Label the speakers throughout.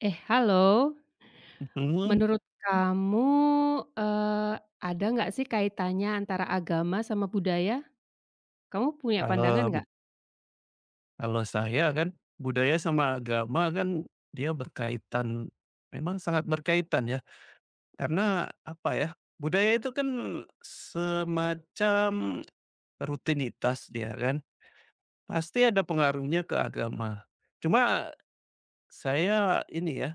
Speaker 1: Eh, halo.
Speaker 2: Mhm,
Speaker 1: Menurut kamu, eee, ada nggak sih kaitannya antara agama sama budaya? Kamu punya pandangan
Speaker 2: kalau
Speaker 1: nggak?
Speaker 2: kalau saya kan budaya sama agama kan dia berkaitan, memang sangat berkaitan ya. Karena apa ya, budaya itu kan semacam rutinitas dia kan, pasti ada pengaruhnya ke agama. Cuma saya ini ya,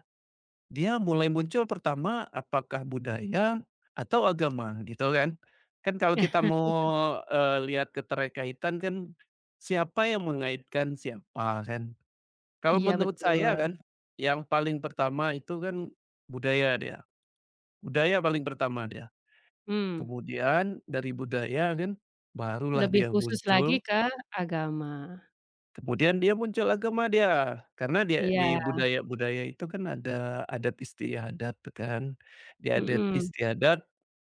Speaker 2: dia mulai muncul pertama apakah budaya atau agama gitu kan. Kan kalau kita mau, lihat keterkaitan kan siapa yang mengaitkan siapa kan. Kalau
Speaker 1: Iya
Speaker 2: menurut saya
Speaker 1: betul,
Speaker 2: kan yang paling pertama itu kan budaya dia, budaya paling pertama dia.
Speaker 1: mmm,
Speaker 2: Kemudian dari budaya kan barulah
Speaker 1: lebih
Speaker 2: dia
Speaker 1: khusus lagi
Speaker 2: muncul,
Speaker 1: ke agama.
Speaker 2: kemudian dia muncul agama dia. Karena dia
Speaker 1: Iya,
Speaker 2: di budaya-budaya itu kan ada adat istiadat tuh kan, di adat
Speaker 1: mhm,
Speaker 2: istiadat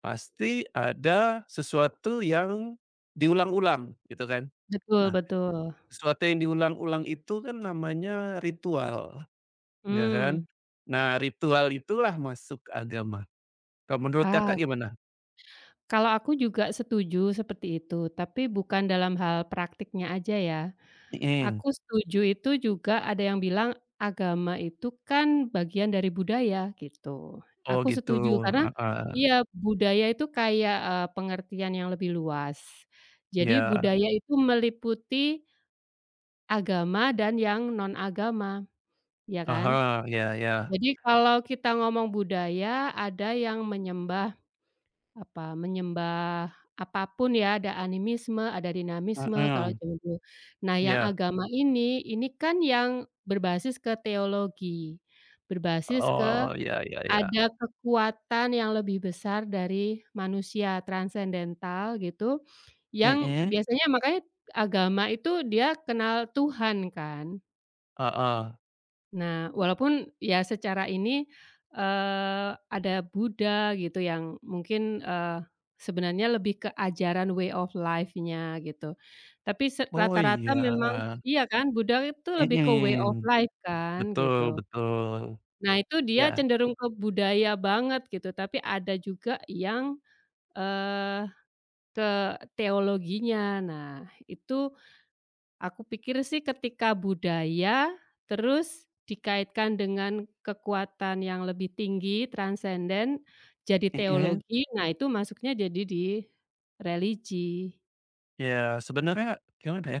Speaker 2: pasti ada sesuatu yang diulang-ulang gitu kan.
Speaker 1: betul
Speaker 2: Nah,
Speaker 1: betul,
Speaker 2: sesuatu yang diulang-ulang itu kan namanya ritual, ya kan.
Speaker 1: mmm,
Speaker 2: Nah, ritual itulah masuk agama. Kalau menurut
Speaker 1: ah,
Speaker 2: Kakak gimana?
Speaker 1: kalau aku juga setuju seperti itu, tapi bukan dalam hal praktiknya aja ya.
Speaker 2: Mhm.
Speaker 1: Aku setuju itu juga ada yang bilang agama itu kan bagian dari budaya gitu.
Speaker 2: Oh
Speaker 1: Aku
Speaker 2: gitu,
Speaker 1: setuju karena iya
Speaker 2: heeh.
Speaker 1: budaya itu kayak, pengertian yang lebih luas. Jadi
Speaker 2: Iya,
Speaker 1: budaya itu meliputi agama dan yang non-agama, ya kan?
Speaker 2: aha, ya iya,
Speaker 1: Jadi kalau kita ngomong budaya ada yang menyembah apa, menyembah apapun ya, ada animisme, ada dinamisme kalau
Speaker 2: mhm,
Speaker 1: zaman dulu. Nah, yang
Speaker 2: iya.
Speaker 1: agama ini kan yang berbasis ke teologi, berbasis ke
Speaker 2: Oh, ya ya ya.
Speaker 1: ada kekuatan yang lebih besar dari manusia, transendental gitu, yang
Speaker 2: Mhm,
Speaker 1: biasanya makanya agama itu dia kenal Tuhan kan.
Speaker 2: heeh.
Speaker 1: Nah, walaupun ya secara ini, ada Buddha gitu yang mungkin, sebenarnya lebih ke ajaran way of life-nya gitu. Tapi se
Speaker 2: Oh
Speaker 1: rata-rata memang
Speaker 2: iya,
Speaker 1: iya kan, Buddha itu lebih ke way of
Speaker 2: mhm,
Speaker 1: life kan
Speaker 2: betul
Speaker 1: gitu.
Speaker 2: betul.
Speaker 1: Nah itu dia
Speaker 2: Ya,
Speaker 1: cenderung ke budaya banget gitu, tapi ada juga yang, eee, ke teologinya. Nah itu, aku pikir sih ketika budaya, terus dikaitkan dengan kekuatan yang lebih tinggi, transenden, jadi
Speaker 2: mhm.
Speaker 1: teologi, nah itu masuknya jadi di religi.
Speaker 2: Ya, sebenarnya gimana ya,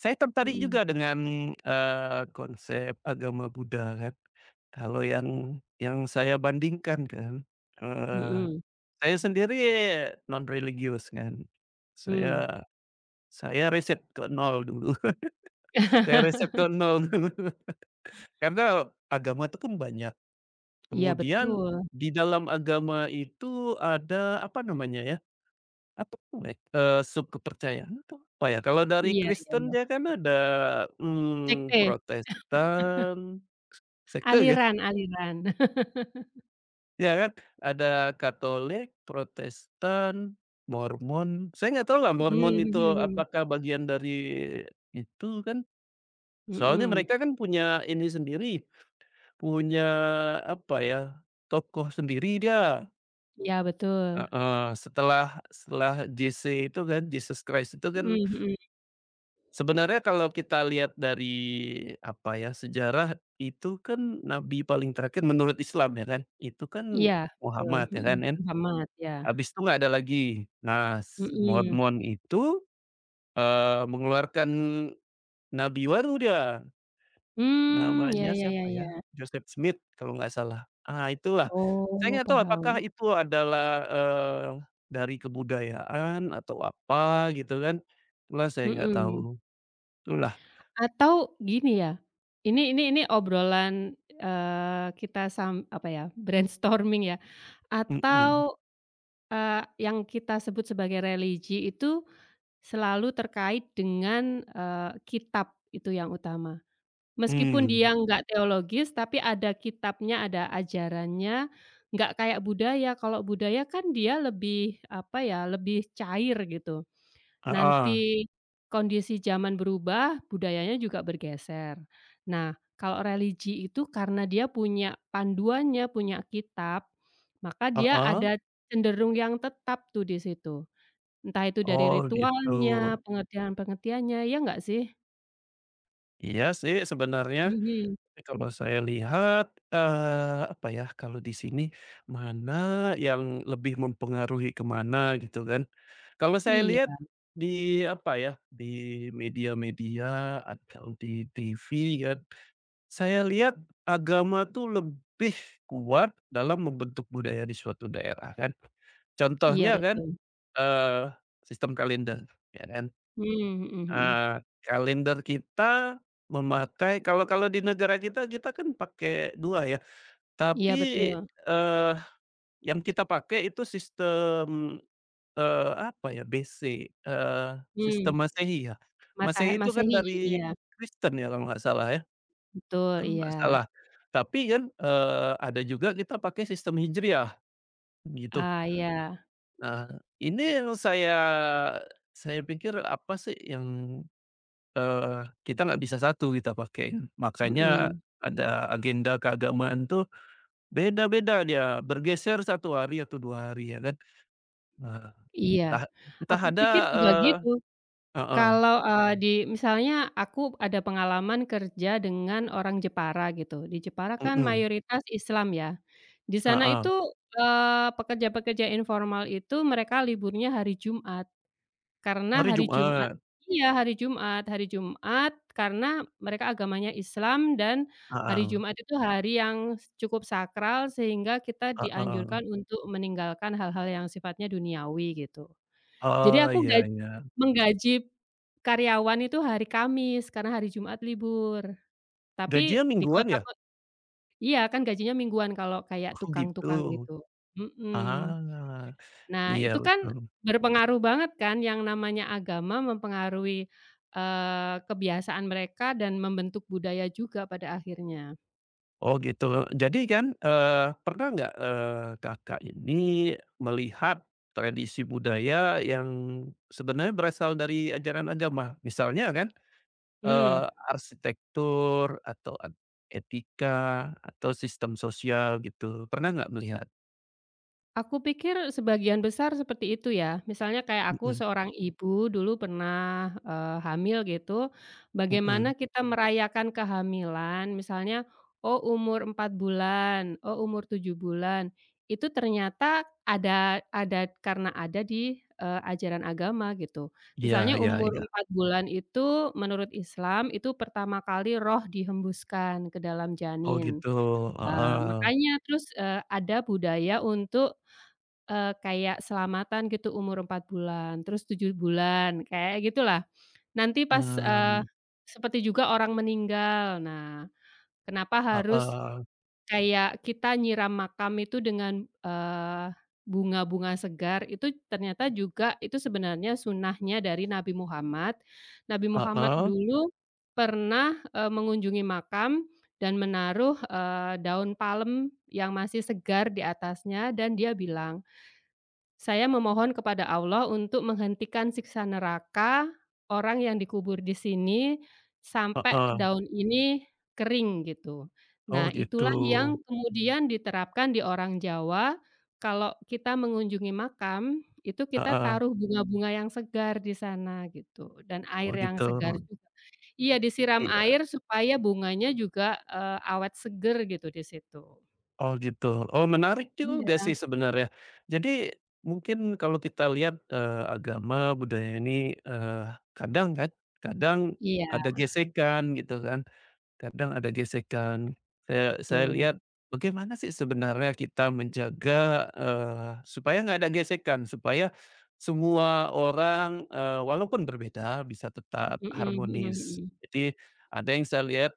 Speaker 2: saya tertarik
Speaker 1: Mhm
Speaker 2: juga dengan, konsep agama Buddha kan. Kalau yang saya bandingkan kan, eee,
Speaker 1: mhm
Speaker 2: saya sendiri non religius kan.
Speaker 1: mhm.
Speaker 2: Saya saya riset ke nol dulu. Saya riset ke nol dulu. Karena agama itu kan banyak.
Speaker 1: Iya
Speaker 2: Kemudian
Speaker 1: betul.
Speaker 2: di dalam agama itu ada, apa namanya ya, apa boleh, sub kepercayaan atau apa ya, kalau dari
Speaker 1: Iya iya
Speaker 2: Kristen
Speaker 1: iya.
Speaker 2: dia kan ada,
Speaker 1: Sekte,
Speaker 2: Protestan, sekte nggak?
Speaker 1: aliran-aliran.
Speaker 2: Ya kan? Ada Katolik, Protestan, Mormon, saya nggak tahu lah
Speaker 1: Mhm
Speaker 2: Mormon
Speaker 1: mhm
Speaker 2: itu
Speaker 1: mhm.
Speaker 2: apakah bagian dari itu kan, soalnya
Speaker 1: Mhm.
Speaker 2: mereka kan punya ini sendiri, punya apa ya, tokoh sendiri dia.
Speaker 1: Iya betul.
Speaker 2: Heeh, setelah setelah JC itu kan, Jesus Christ itu kan
Speaker 1: Mhm mhm.
Speaker 2: sebenarnya kalau kita lihat dari, apa ya, sejarah itu kan nabi paling terakhir menurut Islam ya kan, itu kan
Speaker 1: Iya betul,
Speaker 2: Muhammad ya
Speaker 1: mhm.
Speaker 2: kan kan,
Speaker 1: Muhammad, ya.
Speaker 2: habis itu nggak ada lagi. Nah,
Speaker 1: Mhm.
Speaker 2: Mormon itu, mengeluarkan nabi baru dia,
Speaker 1: Mmm, ya
Speaker 2: namanya
Speaker 1: ya ya
Speaker 2: siapa ya,
Speaker 1: ya.
Speaker 2: Joseph Smith kalau nggak salah. Ah, itulah, saya
Speaker 1: Oh,
Speaker 2: nggak tahu apakah
Speaker 1: paham,
Speaker 2: itu adalah, dari kebudayaan atau apa gitu kan, itulah saya nggak
Speaker 1: mhm.
Speaker 2: tahu, itulah,
Speaker 1: Atau gini ya, ini obrolan, kita sam apa ya, brainstorming ya,
Speaker 2: mhm,
Speaker 1: atau, yang kita sebut sebagai religi itu selalu terkait dengan, kitab itu yang utama. Meskipun
Speaker 2: mmm.
Speaker 1: dia nggak teologis, tapi ada kitabnya, ada ajarannya, nggak kayak budaya. Kalau budaya kan dia lebih, apa ya, lebih cair gitu.
Speaker 2: Heeh,
Speaker 1: Nanti kondisi zaman berubah, budayanya juga bergeser. Nah, kalau religi itu karena dia punya panduannya, punya kitab, maka dia
Speaker 2: heeh,
Speaker 1: ada cenderung yang tetap tuh di situ. Entah itu dari
Speaker 2: oh gitu.
Speaker 1: ritualnya, pengertian-pengertiannya, ya nggak sih?
Speaker 2: Iya sih sebenarnya,
Speaker 1: Mhm.
Speaker 2: kalau saya lihat, apa ya, kalau di sini mana yang lebih mempengaruhi ke mana gitu kan. Kalau saya lihat
Speaker 1: Iya
Speaker 2: di apa ya, di media-media atau di TV kan, saya lihat agama tuh lebih kuat dalam membentuk budaya di suatu daerah kan.
Speaker 1: iya
Speaker 2: Contohnya kan,
Speaker 1: betul.
Speaker 2: eee, sistem kalender ya kan.
Speaker 1: Mmm, mhm mhm.
Speaker 2: Kalender kita memakai kalau kalau di negara kita, kita kan pakai 2 ya,
Speaker 1: Iya
Speaker 2: tapi,
Speaker 1: betul.
Speaker 2: eee, yang kita pakai itu sistem, apa ya, BC,
Speaker 1: Mmm,
Speaker 2: sistem Masehi ya.
Speaker 1: matahe
Speaker 2: Masehi itu kan
Speaker 1: Masehi,
Speaker 2: dari
Speaker 1: iya.
Speaker 2: Kristen ya kalau nggak salah ya,
Speaker 1: Betul,
Speaker 2: kalau
Speaker 1: iya.
Speaker 2: nggak salah. Tapi kan, ada juga kita pakai sistem Hijriah gitu.
Speaker 1: Ah, iya.
Speaker 2: Nah, ini yang saya pikir apa sih yang kita nggak bisa satu kita pakai. Makanya
Speaker 1: Mhm.
Speaker 2: ada agenda keagamaan tuh beda-beda dia, bergeser satu hari atau 2 hari ya kan. Eee,
Speaker 1: Iya.
Speaker 2: entah entah
Speaker 1: Aku
Speaker 2: ada,
Speaker 1: pikir juga
Speaker 2: eee
Speaker 1: gitu.
Speaker 2: heeh,
Speaker 1: Kalau, di misalnya aku ada pengalaman kerja dengan orang Jepara gitu, di Jepara kan
Speaker 2: mhm,
Speaker 1: mayoritas Islam ya. Di sana
Speaker 2: heeh,
Speaker 1: itu, pekerja-pekerja informal itu mereka liburnya hari Jumat, karena
Speaker 2: hari
Speaker 1: hari Jumat
Speaker 2: Jumat,
Speaker 1: iya, hari Jumat karena mereka agamanya Islam dan hari
Speaker 2: heeh,
Speaker 1: Jumat itu hari yang cukup sakral sehingga kita
Speaker 2: heeh.
Speaker 1: dianjurkan untuk meninggalkan hal-hal yang sifatnya duniawi gitu. Jadi
Speaker 2: Oh
Speaker 1: aku
Speaker 2: iya iya.
Speaker 1: menggaji karyawan itu hari Kamis karena hari Jumat libur, tapi
Speaker 2: Gajinya
Speaker 1: di
Speaker 2: mingguan
Speaker 1: kota
Speaker 2: ya?
Speaker 1: iya kan gajinya mingguan kalau kayak
Speaker 2: Oh gitu.
Speaker 1: tukang-tukang gitu, mhm.
Speaker 2: Ah,
Speaker 1: Nah
Speaker 2: iya
Speaker 1: itu kan
Speaker 2: betul.
Speaker 1: berpengaruh banget kan yang namanya agama mempengaruhi, kebiasaan mereka dan membentuk budaya juga pada akhirnya,
Speaker 2: Oh gitu. Jadi kan, pernah nggak, Kakak ini melihat tradisi budaya yang sebenarnya berasal dari ajaran agama? Misalnya kan, eee,
Speaker 1: mmm.
Speaker 2: arsitektur atau etika atau sistem sosial gitu. Pernah nggak melihat?
Speaker 1: Aku pikir sebagian besar seperti itu ya. Misalnya kayak aku
Speaker 2: Mhm
Speaker 1: seorang ibu dulu pernah, hamil gitu,
Speaker 2: mhm.
Speaker 1: bagaimana kita merayakan kehamilan misalnya, oh umur 4 bulan, oh umur 7 bulan, itu ternyata ada karena ada di, ajaran agama gitu.
Speaker 2: Iya
Speaker 1: Misalnya
Speaker 2: iya
Speaker 1: umur
Speaker 2: iya.
Speaker 1: 4 bulan itu menurut Islam itu pertama kali roh dihembuskan ke dalam
Speaker 2: Oh
Speaker 1: janin.
Speaker 2: gitu, heeh.
Speaker 1: Makanya terus, ada budaya untuk kayak selamatan gitu umur 4 bulan, terus 7 bulan, kayak gitulah. Nanti pas,
Speaker 2: Mmm,
Speaker 1: mhm. Seperti juga orang meninggal. Nah, kenapa harus
Speaker 2: heeh,
Speaker 1: kayak kita nyiram makam itu dengan, bunga-bunga segar, itu ternyata juga itu sebenarnya sunnahnya dari Nabi Muhammad. Nabi Muhammad
Speaker 2: heeh,
Speaker 1: dulu pernah, mengunjungi makam dan menaruh, daun palem yang masih segar di atasnya dan dia bilang saya memohon kepada Allah untuk menghentikan siksa neraka orang yang dikubur di sini sampai
Speaker 2: heeh.
Speaker 1: daun ini kering gitu.
Speaker 2: Oh
Speaker 1: Nah,
Speaker 2: gitu,
Speaker 1: itulah yang kemudian diterapkan di orang Jawa, kalau kita mengunjungi makam, itu kita
Speaker 2: heeh.
Speaker 1: taruh bunga-bunga yang segar di sana gitu dan
Speaker 2: Oh
Speaker 1: air yang
Speaker 2: gitu.
Speaker 1: segar juga. Iya, disiram
Speaker 2: Iya.
Speaker 1: air supaya bunganya juga, awet seger gitu di situ.
Speaker 2: Oh gitu. Oh menarik
Speaker 1: Iya,
Speaker 2: juga sih sebenarnya. Jadi mungkin kalau kita lihat, agama budaya ini, kadang kan, kadang
Speaker 1: iya
Speaker 2: ada gesekan gitu kan. Kadang ada gesekan. Saya lihat
Speaker 1: betul.
Speaker 2: bagaimana sih sebenarnya kita menjaga, supaya nggak ada gesekan, supaya semua orang, walaupun berbeda bisa tetap
Speaker 1: Mhm mhm
Speaker 2: harmonis.
Speaker 1: mhm.
Speaker 2: Jadi ada yang saya lihat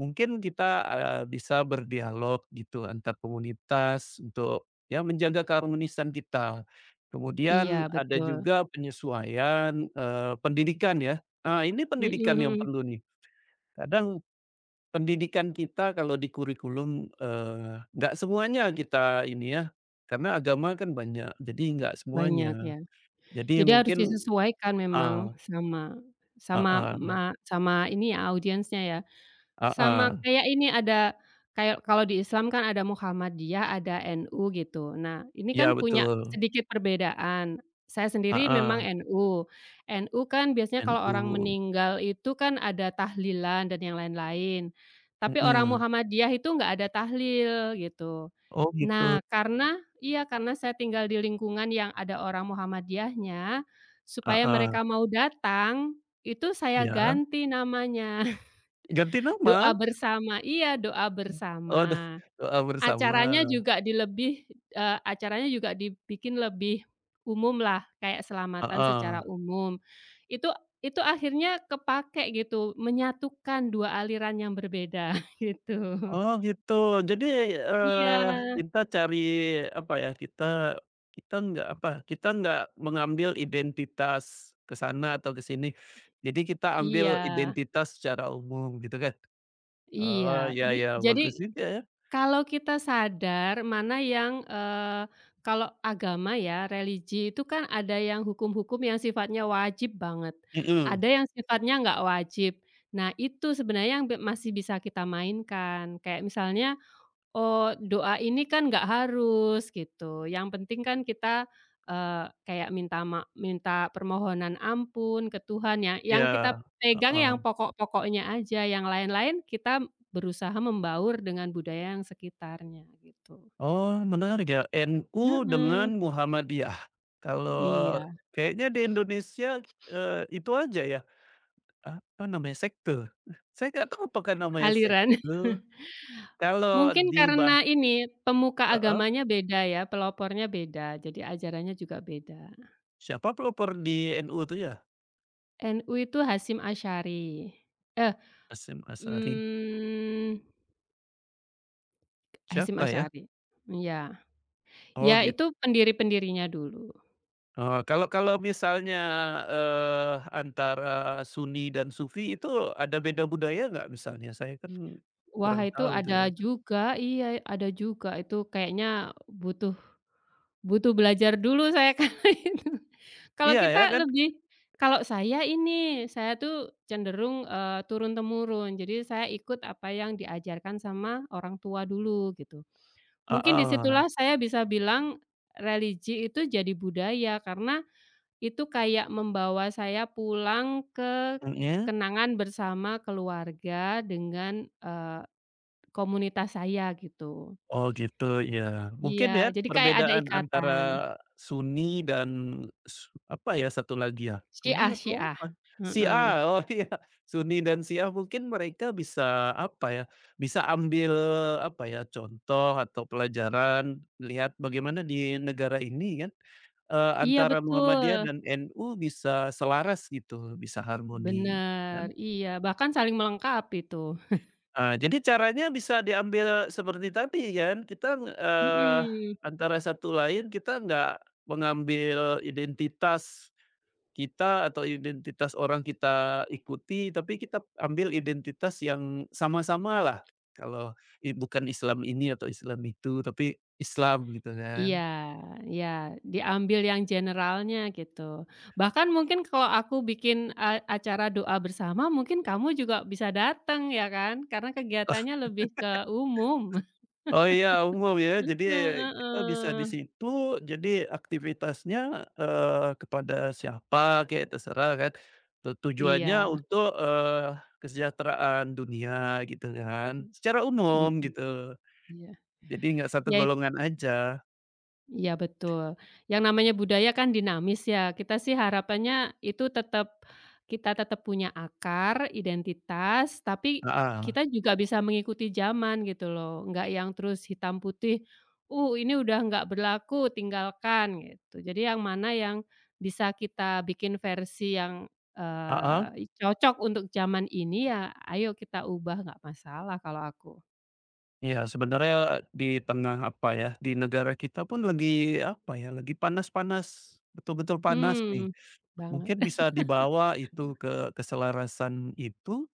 Speaker 2: mungkin kita, bisa berdialog gitu antar komunitas untuk ya menjaga keharmonisan kita. Kemudian
Speaker 1: Iya
Speaker 2: ada
Speaker 1: betul,
Speaker 2: juga penyesuaian, pendidikan ya. Nah ini
Speaker 1: mhm
Speaker 2: pendidikan yang
Speaker 1: mhm,
Speaker 2: perlu nih. Kadang pendidikan kita kalau di kurikulum, nggak semuanya kita ini ya, karena agama kan banyak, jadi nggak
Speaker 1: banyak
Speaker 2: semuanya.
Speaker 1: ya.
Speaker 2: Jadi
Speaker 1: Jadi harus
Speaker 2: mungkin
Speaker 1: disesuaikan
Speaker 2: heeh
Speaker 1: memang sama sama
Speaker 2: heeh
Speaker 1: ma sama ini ya audiensnya ya, sama
Speaker 2: heeh,
Speaker 1: kayak ini ada kayak kalau di Islam kan ada Muhammadiyah, ada NU gitu. Nah ini
Speaker 2: iya
Speaker 1: kan punya
Speaker 2: betul,
Speaker 1: sedikit perbedaan. Saya sendiri memang
Speaker 2: heeh,
Speaker 1: NU. NU kan biasanya kalau orang
Speaker 2: NU,
Speaker 1: meninggal itu kan ada tahlilan dan yang lain-lain. Tapi orang
Speaker 2: mhm.
Speaker 1: Muhammadiyah itu nggak ada tahlil gitu.
Speaker 2: Oh gitu,
Speaker 1: Nah, karena iya, karena saya tinggal di lingkungan yang ada orang Muhammadiyahnya, supaya
Speaker 2: heeh,
Speaker 1: mereka mau datang, itu saya
Speaker 2: ya
Speaker 1: ganti namanya,
Speaker 2: ganti
Speaker 1: doa
Speaker 2: nama,
Speaker 1: bersama iya, doa
Speaker 2: oh udah
Speaker 1: bersama.
Speaker 2: doa bersama,
Speaker 1: Acaranya juga di lebih acaranya juga dibikin lebih umumlah, kayak selamatan
Speaker 2: heeh.
Speaker 1: secara umum. Itu itu akhirnya kepakai gitu, menyatukan 2 aliran yang berbeda, gitu.
Speaker 2: Oh gitu. Jadi,
Speaker 1: Iya
Speaker 2: eee, kita cari apa ya, kita kita nggak apa, kita nggak mengambil identitas ke sana atau ke sini. Jadi kita ambil
Speaker 1: iya
Speaker 2: identitas secara umum gitu kan?
Speaker 1: iya,
Speaker 2: Oh ya
Speaker 1: bi
Speaker 2: ya,
Speaker 1: jadi
Speaker 2: bagus juga ya.
Speaker 1: kalau kita sadar mana yang, kalau agama ya, religi itu kan ada yang hukum-hukum yang sifatnya wajib banget, ada
Speaker 2: Mhm,
Speaker 1: yang sifatnya nggak wajib. Nah, itu sebenarnya yang be masih bisa kita mainkan. Kayak misalnya, oh, doa ini kan nggak harus gitu, yang penting kan kita, kayak minta permohonan ampun ke Tuhan ya,
Speaker 2: iya,
Speaker 1: yang kita pegang
Speaker 2: heeh.
Speaker 1: yang pokok-pokoknya aja, yang lain-lain kita berusaha membaur dengan budaya yang sekitarnya gitu.
Speaker 2: Oh menarik ya, NU
Speaker 1: Heeh,
Speaker 2: dengan Muhammadiyah. Kalau
Speaker 1: iya,
Speaker 2: kayaknya di Indonesia, itu aja ya, apa namanya, sekte. Saya nggak tahu apakah namanya sekte.
Speaker 1: aliran.
Speaker 2: Kalau
Speaker 1: Mungkin
Speaker 2: di
Speaker 1: karena ini, pemuka
Speaker 2: heeh,
Speaker 1: agamanya beda ya, pelopornya beda, jadi ajarannya juga beda.
Speaker 2: siapa pelopor di NU itu ya?
Speaker 1: NU itu Hasyim Asy'ari, eh,
Speaker 2: Hasyim Asharie,
Speaker 1: mmm Hasyim
Speaker 2: siapa ya?
Speaker 1: Asharie. Iya.
Speaker 2: Oh
Speaker 1: Ya
Speaker 2: gitu.
Speaker 1: itu pendiri-pendirinya dulu.
Speaker 2: Oh, kalau kalau misalnya, antara Sunni dan Sufi itu ada beda budaya nggak misalnya? Saya kan
Speaker 1: Wah
Speaker 2: kurang
Speaker 1: itu
Speaker 2: tahu tuh ya.
Speaker 1: ada juga iya, ada juga itu kayaknya butuh butuh belajar dulu saya karena itu. Kalau
Speaker 2: Iya ya
Speaker 1: kita
Speaker 2: kan?
Speaker 1: lebih kalau saya ini, saya tuh cenderung, turun-temurun. Jadi saya ikut apa yang diajarkan sama orang tua dulu gitu. Mungkin di
Speaker 2: Heeh,
Speaker 1: situlah saya bisa bilang religi itu jadi budaya karena itu kayak membawa saya pulang ke
Speaker 2: mhm.
Speaker 1: kenangan bersama keluarga dengan, komunitas saya gitu.
Speaker 2: Oh gitu ya.
Speaker 1: Iya,
Speaker 2: Mungkin ya
Speaker 1: jadi kayak ada
Speaker 2: perbedaan antara
Speaker 1: ikatan.
Speaker 2: Sunni dan apa ya satu lagi ya, Sunni
Speaker 1: Syiah
Speaker 2: atau
Speaker 1: Syiah,
Speaker 2: apa? Syiah,
Speaker 1: heeh.
Speaker 2: oh iya, Sunni dan Syiah mungkin mereka bisa apa ya, bisa ambil apa ya, contoh atau pelajaran lihat bagaimana di negara ini kan,
Speaker 1: Iya
Speaker 2: antara Muhammadiyah
Speaker 1: betul,
Speaker 2: dan NU bisa selaras gitu, bisa harmoni
Speaker 1: bener,
Speaker 2: kan.
Speaker 1: iya, bahkan saling melengkapi tuh.
Speaker 2: Jadi caranya bisa diambil seperti tadi kan, kita,
Speaker 1: Mhm,
Speaker 2: antara satu lain kita nggak mengambil identitas kita atau identitas orang kita ikuti, tapi kita ambil identitas yang sama sama lah. Kalau bukan Islam ini atau Islam itu, tapi Islam gitu kan.
Speaker 1: iya iya, diambil yang generalnya gitu. Bahkan mungkin kalau aku bikin a acara doa bersama mungkin kamu juga bisa datang ya kan, karena kegiatannya lebih ke umum.
Speaker 2: Oh iya, umum ya. Jadi kita bisa di
Speaker 1: Heeh,
Speaker 2: situ, jadi aktivitasnya, kepada siapa kayak terserah kan. Tujuannya
Speaker 1: iya.
Speaker 2: untuk, kesejahteraan dunia gitu kan, secara
Speaker 1: Mhm,
Speaker 2: umum gitu.
Speaker 1: iya.
Speaker 2: Jadi nggak satu
Speaker 1: Ya it
Speaker 2: golongan aja.
Speaker 1: iya betul. Yang namanya budaya kan dinamis ya, kita sih harapannya itu tetap kita tetap punya akar, identitas, tapi
Speaker 2: Heeh,
Speaker 1: kita juga bisa mengikuti zaman gitu loh, enggak yang terus hitam putih, ini udah nggak berlaku, tinggalkan," gitu. Jadi yang mana yang bisa kita bikin versi yang,
Speaker 2: heeh.
Speaker 1: cocok untuk zaman ini ya ayo kita ubah, nggak masalah kalau aku.
Speaker 2: Ya sebenarnya di tengah apa ya, di negara kita pun lagi apa ya, lagi panas-panas, betul-betul panas nih.
Speaker 1: Mhm,
Speaker 2: Mungkin
Speaker 1: banget.
Speaker 2: bisa dibawa itu ke keselarasan itu.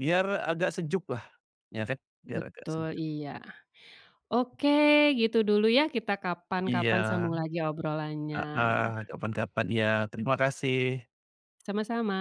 Speaker 2: Biar agak sejuk lah ya kan? Biar agak
Speaker 1: Betul,
Speaker 2: sejuk.
Speaker 1: iya. Oke, gitu dulu ya, kita
Speaker 2: Iya,
Speaker 1: kapan-kapan sambung lagi obrolannya.
Speaker 2: heeh, kapan-kapan, iya. Terima kasih.
Speaker 1: Sama-sama.